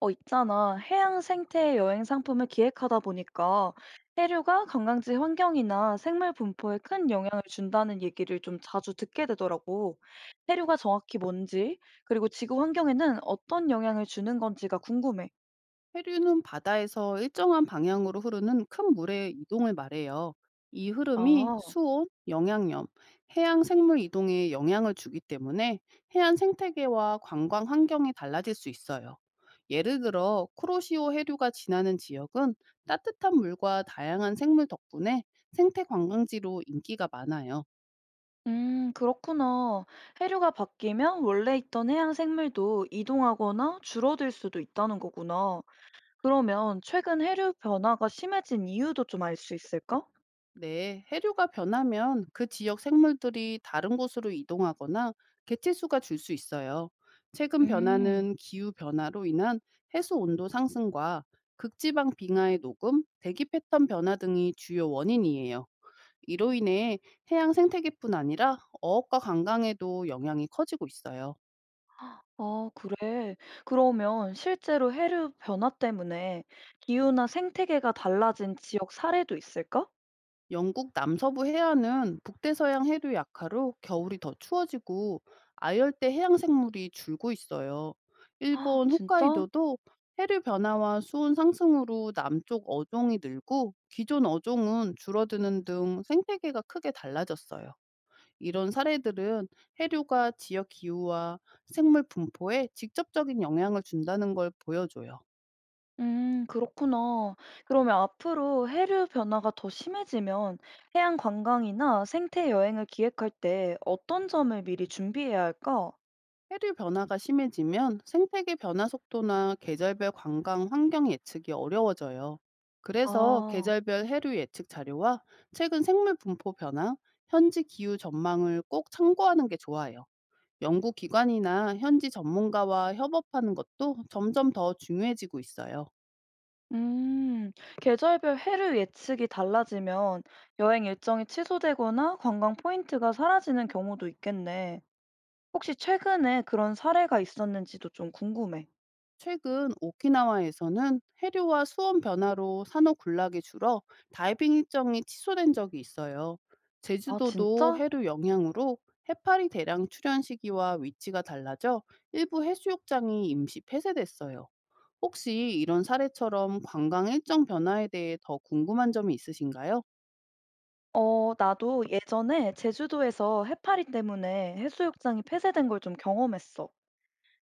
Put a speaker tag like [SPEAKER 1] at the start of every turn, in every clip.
[SPEAKER 1] 있잖아. 해양 생태 여행 상품을 기획하다 보니까 해류가 관광지 환경이나 생물 분포에 큰 영향을 준다는 얘기를 좀 자주 듣게 되더라고. 해류가 정확히 뭔지, 그리고 지구 환경에는 어떤 영향을 주는 건지가 궁금해.
[SPEAKER 2] 해류는 바다에서 일정한 방향으로 흐르는 큰 물의 이동을 말해요. 이 흐름이
[SPEAKER 1] 아,
[SPEAKER 2] 수온, 영양염, 해양 생물 이동에 영향을 주기 때문에 해안 생태계와 관광 환경이 달라질 수 있어요. 예를 들어 쿠로시오 해류가 지나는 지역은 따뜻한 물과 다양한 생물 덕분에 생태 관광지로 인기가 많아요.
[SPEAKER 1] 그렇구나. 해류가 바뀌면 원래 있던 해양 생물도 이동하거나 줄어들 수도 있다는 거구나. 그러면 최근 해류 변화가 심해진 이유도 좀 알 수 있을까?
[SPEAKER 2] 네, 해류가 변하면 그 지역 생물들이 다른 곳으로 이동하거나 개체수가 줄 수 있어요. 최근
[SPEAKER 1] 음.
[SPEAKER 2] 변화는 기후 변화로 인한 해수 온도 상승과 극지방 빙하의 녹음, 대기 패턴 변화 등이 주요 원인이에요. 이로 인해 해양 생태계뿐 아니라 어업과 관광에도 영향이 커지고 있어요.
[SPEAKER 1] 아, 그래. 그러면 실제로 해류 변화 때문에 기후나 생태계가 달라진 지역 사례도 있을까?
[SPEAKER 2] 영국 남서부 해안은 북대서양 해류 약화로 겨울이 더 추워지고 아열대 해양 생물이 줄고 있어요.
[SPEAKER 1] 아,
[SPEAKER 2] 일본
[SPEAKER 1] 진짜?
[SPEAKER 2] 홋카이도도 해류 변화와 수온 상승으로 남쪽 어종이 늘고 기존 어종은 줄어드는 등 생태계가 크게 달라졌어요. 이런 사례들은 해류가 지역 기후와 생물 분포에 직접적인 영향을 준다는 걸 보여줘요.
[SPEAKER 1] 그렇구나. 그러면 앞으로 해류 변화가 더 심해지면 해양 관광이나 생태 여행을 기획할 때 어떤 점을 미리 준비해야 할까?
[SPEAKER 2] 해류 변화가 심해지면 생태계 변화 속도나 계절별 관광 환경 예측이 어려워져요. 그래서
[SPEAKER 1] 아,
[SPEAKER 2] 계절별 해류 예측 자료와 최근 생물 분포 변화, 현지 기후 전망을 꼭 참고하는 게 좋아요. 연구 기관이나 현지 전문가와 협업하는 것도 점점 더 중요해지고 있어요.
[SPEAKER 1] 음, 계절별 해류 예측이 달라지면 여행 일정이 취소되거나 관광 포인트가 사라지는 경우도 있겠네. 혹시 최근에 그런 사례가 있었는지도 좀 궁금해.
[SPEAKER 2] 최근 오키나와에서는 해류와 수온 변화로 산호 군락이 줄어 다이빙 일정이 취소된 적이 있어요.
[SPEAKER 1] 아
[SPEAKER 2] 제주도도
[SPEAKER 1] 진짜?
[SPEAKER 2] 해류 영향으로 해파리 대량 출현 시기와 위치가 달라져 일부 해수욕장이 임시 폐쇄됐어요. 혹시 이런 사례처럼 관광 일정 변화에 대해 더 궁금한 점이 있으신가요?
[SPEAKER 1] 나도 예전에 제주도에서 해파리 때문에 해수욕장이 폐쇄된 걸 좀 경험했어.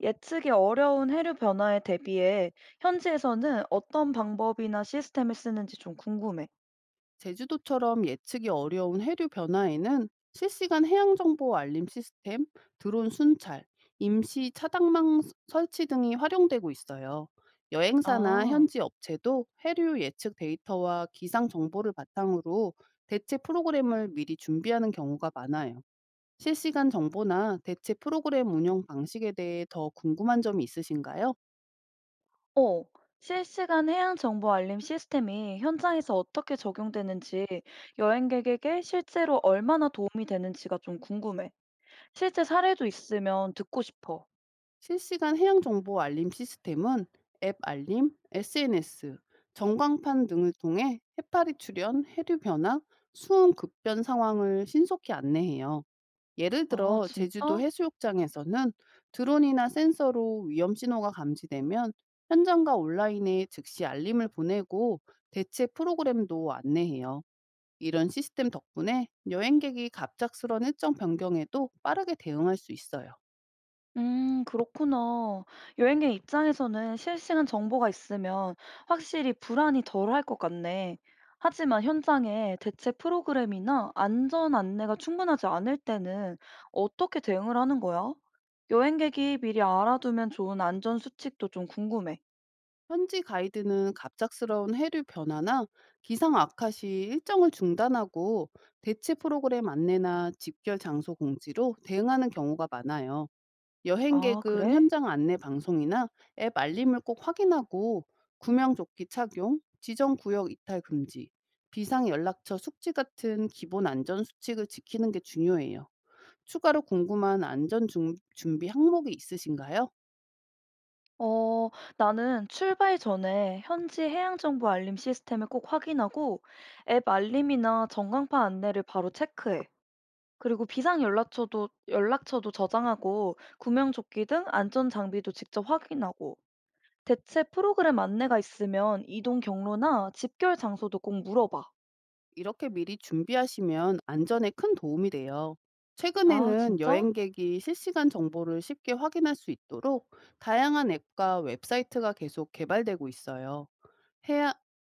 [SPEAKER 1] 예측이 어려운 해류 변화에 대비해 현지에서는 어떤 방법이나 시스템을 쓰는지 좀 궁금해.
[SPEAKER 2] 제주도처럼 예측이 어려운 해류 변화에는 실시간 해양 정보 알림 시스템, 드론 순찰, 임시 차단망 설치 등이 활용되고 있어요. 여행사나
[SPEAKER 1] 아.
[SPEAKER 2] 현지 업체도 해류 예측 데이터와 기상 정보를 바탕으로 대체 프로그램을 미리 준비하는 경우가 많아요. 실시간 정보나 대체 프로그램 운영 방식에 대해 더 궁금한 점이 있으신가요?
[SPEAKER 1] 어. 실시간 해양 정보 알림 시스템이 현장에서 어떻게 적용되는지, 여행객에게 실제로 얼마나 도움이 되는지가 좀 궁금해. 실제 사례도 있으면 듣고 싶어.
[SPEAKER 2] 실시간 해양 정보 알림 시스템은 앱 알림, SNS, 전광판 등을 통해 해파리 출현, 해류 변화, 수온 급변 상황을 신속히 안내해요. 예를
[SPEAKER 1] 아
[SPEAKER 2] 들어 제주도
[SPEAKER 1] 진짜?
[SPEAKER 2] 해수욕장에서는 드론이나 센서로 위험 신호가 감지되면 현장과 온라인에 즉시 알림을 보내고 대체 프로그램도 안내해요. 이런 시스템 덕분에 여행객이 갑작스런 일정 변경에도 빠르게 대응할 수 있어요.
[SPEAKER 1] 그렇구나. 여행객 입장에서는 실시간 정보가 있으면 확실히 불안이 덜할 것 같네. 하지만 현장에 대체 프로그램이나 안전 안내가 충분하지 않을 때는 어떻게 대응을 하는 거야? 여행객이 미리 알아두면 좋은 안전 수칙도 좀 궁금해.
[SPEAKER 2] 현지 가이드는 갑작스러운 해류 변화나 기상 악화 시 일정을 중단하고 대체 프로그램 안내나 집결 장소 공지로 대응하는 경우가 많아요.
[SPEAKER 1] 아,
[SPEAKER 2] 여행객은
[SPEAKER 1] 그래?
[SPEAKER 2] 현장 안내 방송이나 앱 알림을 꼭 확인하고 구명조끼 착용, 지정 구역 이탈 금지, 비상 연락처 숙지 같은 기본 안전 수칙을 지키는 게 중요해요. 추가로 궁금한 안전 준비 항목이 있으신가요?
[SPEAKER 1] 어, 나는 출발 전에 현지 해양 정보 알림 시스템을 꼭 확인하고 앱 알림이나 전광판 안내를 바로 체크해. 그리고 비상 연락처도 저장하고 구명 조끼 등 안전 장비도 직접 확인하고 대체 프로그램 안내가 있으면 이동 경로나 집결 장소도 꼭 물어봐.
[SPEAKER 2] 이렇게 미리 준비하시면 안전에 큰 도움이 돼요.
[SPEAKER 1] 아,
[SPEAKER 2] 최근에는
[SPEAKER 1] 진짜?
[SPEAKER 2] 여행객이 실시간 정보를 쉽게 확인할 수 있도록 다양한 앱과 웹사이트가 계속 개발되고 있어요. 해양,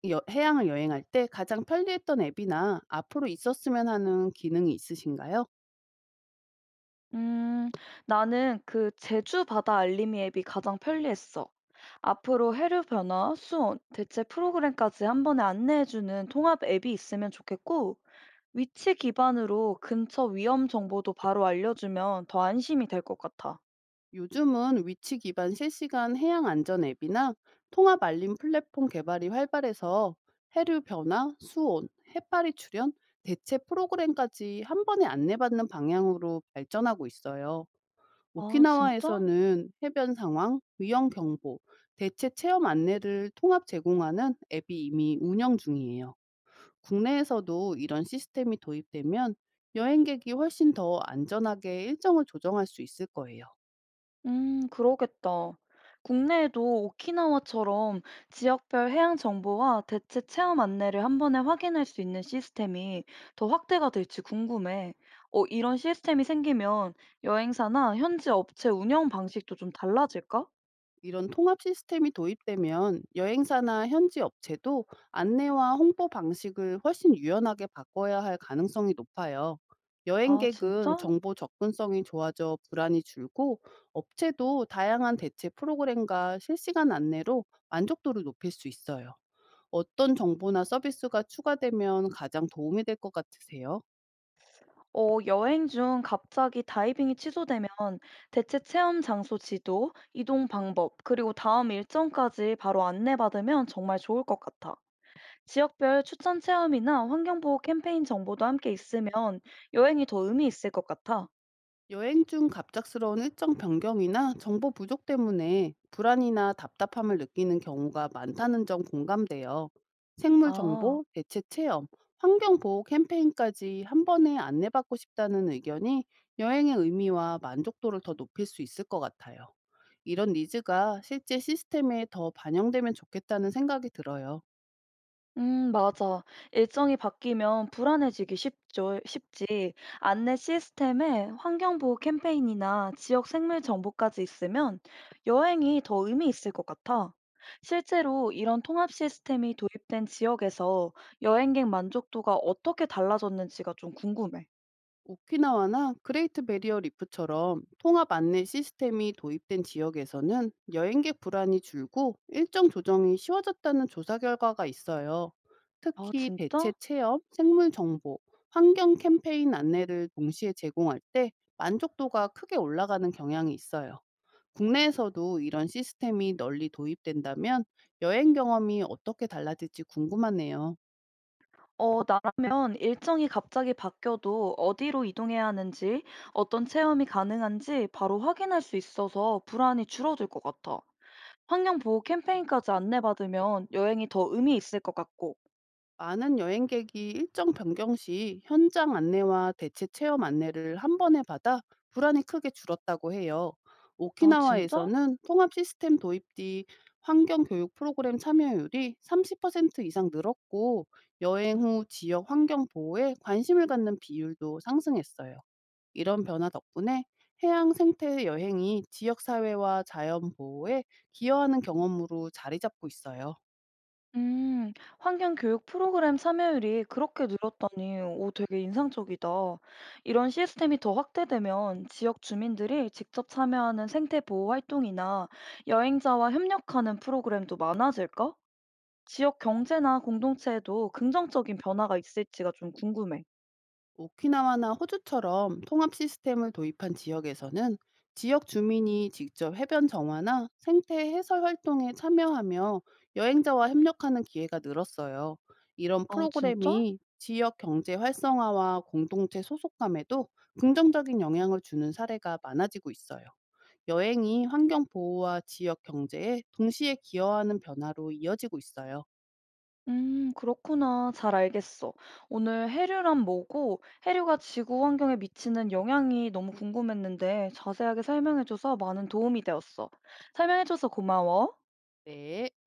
[SPEAKER 2] 해양을 여행할 때 가장 편리했던 앱이나 앞으로 있었으면 하는 기능이 있으신가요?
[SPEAKER 1] 음, 나는 그 제주 바다 알림이 앱이 가장 편리했어. 앞으로 해류 변화, 수온, 대체 프로그램까지 한 번에 안내해주는 통합 앱이 있으면 좋겠고, 위치 기반으로 근처 위험 정보도 바로 알려주면 더 안심이 될 것 같아.
[SPEAKER 2] 요즘은 위치 기반 실시간 해양 안전 앱이나 통합 알림 플랫폼 개발이 활발해서 해류 변화, 수온, 해파리 출현, 대체 프로그램까지 한 번에 안내받는 방향으로 발전하고 있어요.
[SPEAKER 1] 아, 진짜?
[SPEAKER 2] 오키나와에서는 해변 상황, 위험 경보, 대체 체험 안내를 통합 제공하는 앱이 이미 운영 중이에요. 국내에서도 이런 시스템이 도입되면 여행객이 훨씬 더 안전하게 일정을 조정할 수 있을 거예요.
[SPEAKER 1] 그러겠다. 국내에도 오키나와처럼 지역별 해양 정보와 대체 체험 안내를 한 번에 확인할 수 있는 시스템이 더 확대가 될지 궁금해. 어, 이런 시스템이 생기면 여행사나 현지 업체 운영 방식도 좀 달라질까?
[SPEAKER 2] 이런 통합 시스템이 도입되면 여행사나 현지 업체도 안내와 홍보 방식을 훨씬 유연하게 바꿔야 할 가능성이 높아요.
[SPEAKER 1] 아,
[SPEAKER 2] 여행객은
[SPEAKER 1] 진짜?
[SPEAKER 2] 정보 접근성이 좋아져 불안이 줄고 업체도 다양한 대체 프로그램과 실시간 안내로 만족도를 높일 수 있어요. 어떤 정보나 서비스가 추가되면 가장 도움이 될 것 같으세요?
[SPEAKER 1] 어, 여행 중 갑자기 다이빙이 취소되면 대체 체험 장소 지도, 이동 방법, 그리고 다음 일정까지 바로 안내받으면 정말 좋을 것 같아. 지역별 추천 체험이나 환경보호 캠페인 정보도 함께 있으면 여행이 더 의미 있을 것 같아.
[SPEAKER 2] 여행 중 갑작스러운 일정 변경이나 정보 부족 때문에 불안이나 답답함을 느끼는 경우가 많다는 점 공감돼요. 생물
[SPEAKER 1] 아,
[SPEAKER 2] 정보, 대체 체험, 환경 보호 캠페인까지 한 번에 안내받고 싶다는 의견이 여행의 의미와 만족도를 더 높일 수 있을 것 같아요. 이런 니즈가 실제 시스템에 더 반영되면 좋겠다는 생각이 들어요.
[SPEAKER 1] 맞아. 일정이 바뀌면 불안해지기 쉽죠, 쉽지. 안내 시스템에 환경보호 캠페인이나 지역 생물 정보까지 있으면 여행이 더 의미 있을 것 같아. 실제로 이런 통합 시스템이 도입된 지역에서 여행객 만족도가 어떻게 달라졌는지가 좀 궁금해.
[SPEAKER 2] 오키나와나 그레이트 베리어 리프처럼 통합 안내 시스템이 도입된 지역에서는 여행객 불안이 줄고 일정 조정이 쉬워졌다는 조사 결과가 있어요.
[SPEAKER 1] 아,
[SPEAKER 2] 특히 대체
[SPEAKER 1] 진짜?
[SPEAKER 2] 체험, 생물 정보, 환경 캠페인 안내를 동시에 제공할 때 만족도가 크게 올라가는 경향이 있어요. 국내에서도 이런 시스템이 널리 도입된다면 여행 경험이 어떻게 달라질지 궁금하네요.
[SPEAKER 1] 어, 나라면 일정이 갑자기 바뀌어도 어디로 이동해야 하는지, 어떤 체험이 가능한지 바로 확인할 수 있어서 불안이 줄어들 것 같아. 환경보호 캠페인까지 안내받으면 여행이 더 의미 있을 것 같고.
[SPEAKER 2] 많은 여행객이 일정 변경 시 현장 안내와 대체 체험 안내를 한 번에 받아 불안이 크게 줄었다고 해요.
[SPEAKER 1] 아, 진짜?
[SPEAKER 2] 오키나와에서는 통합 시스템 도입 뒤 환경 교육 프로그램 참여율이 30% 이상 늘었고 여행 후 지역 환경 보호에 관심을 갖는 비율도 상승했어요. 이런 변화 덕분에 해양 생태 여행이 지역 사회와 자연 보호에 기여하는 경험으로 자리 잡고 있어요.
[SPEAKER 1] 음, 환경교육 프로그램 참여율이 그렇게 늘었다니, 오, 되게 인상적이다. 이런 시스템이 더 확대되면 지역 주민들이 직접 참여하는 생태보호 활동이나 여행자와 협력하는 프로그램도 많아질까? 지역 경제나 공동체에도 긍정적인 변화가 있을지가 좀 궁금해.
[SPEAKER 2] 오키나와나 호주처럼 통합 시스템을 도입한 지역에서는 지역 주민이 직접 해변 정화나 생태 해설 활동에 참여하며 여행자와 협력하는 기회가 늘었어요. 이런
[SPEAKER 1] 아, 진짜?
[SPEAKER 2] 프로그램이 지역 경제 활성화와 공동체 소속감에도 긍정적인 영향을 주는 사례가 많아지고 있어요. 여행이 환경 보호와 지역 경제에 동시에 기여하는 변화로 이어지고 있어요.
[SPEAKER 1] 그렇구나. 잘 알겠어. 오늘 해류란 뭐고, 해류가 지구 환경에 미치는 영향이 너무 궁금했는데, 자세하게 설명해줘서 많은 도움이 되었어. 설명해줘서 고마워.
[SPEAKER 2] 네.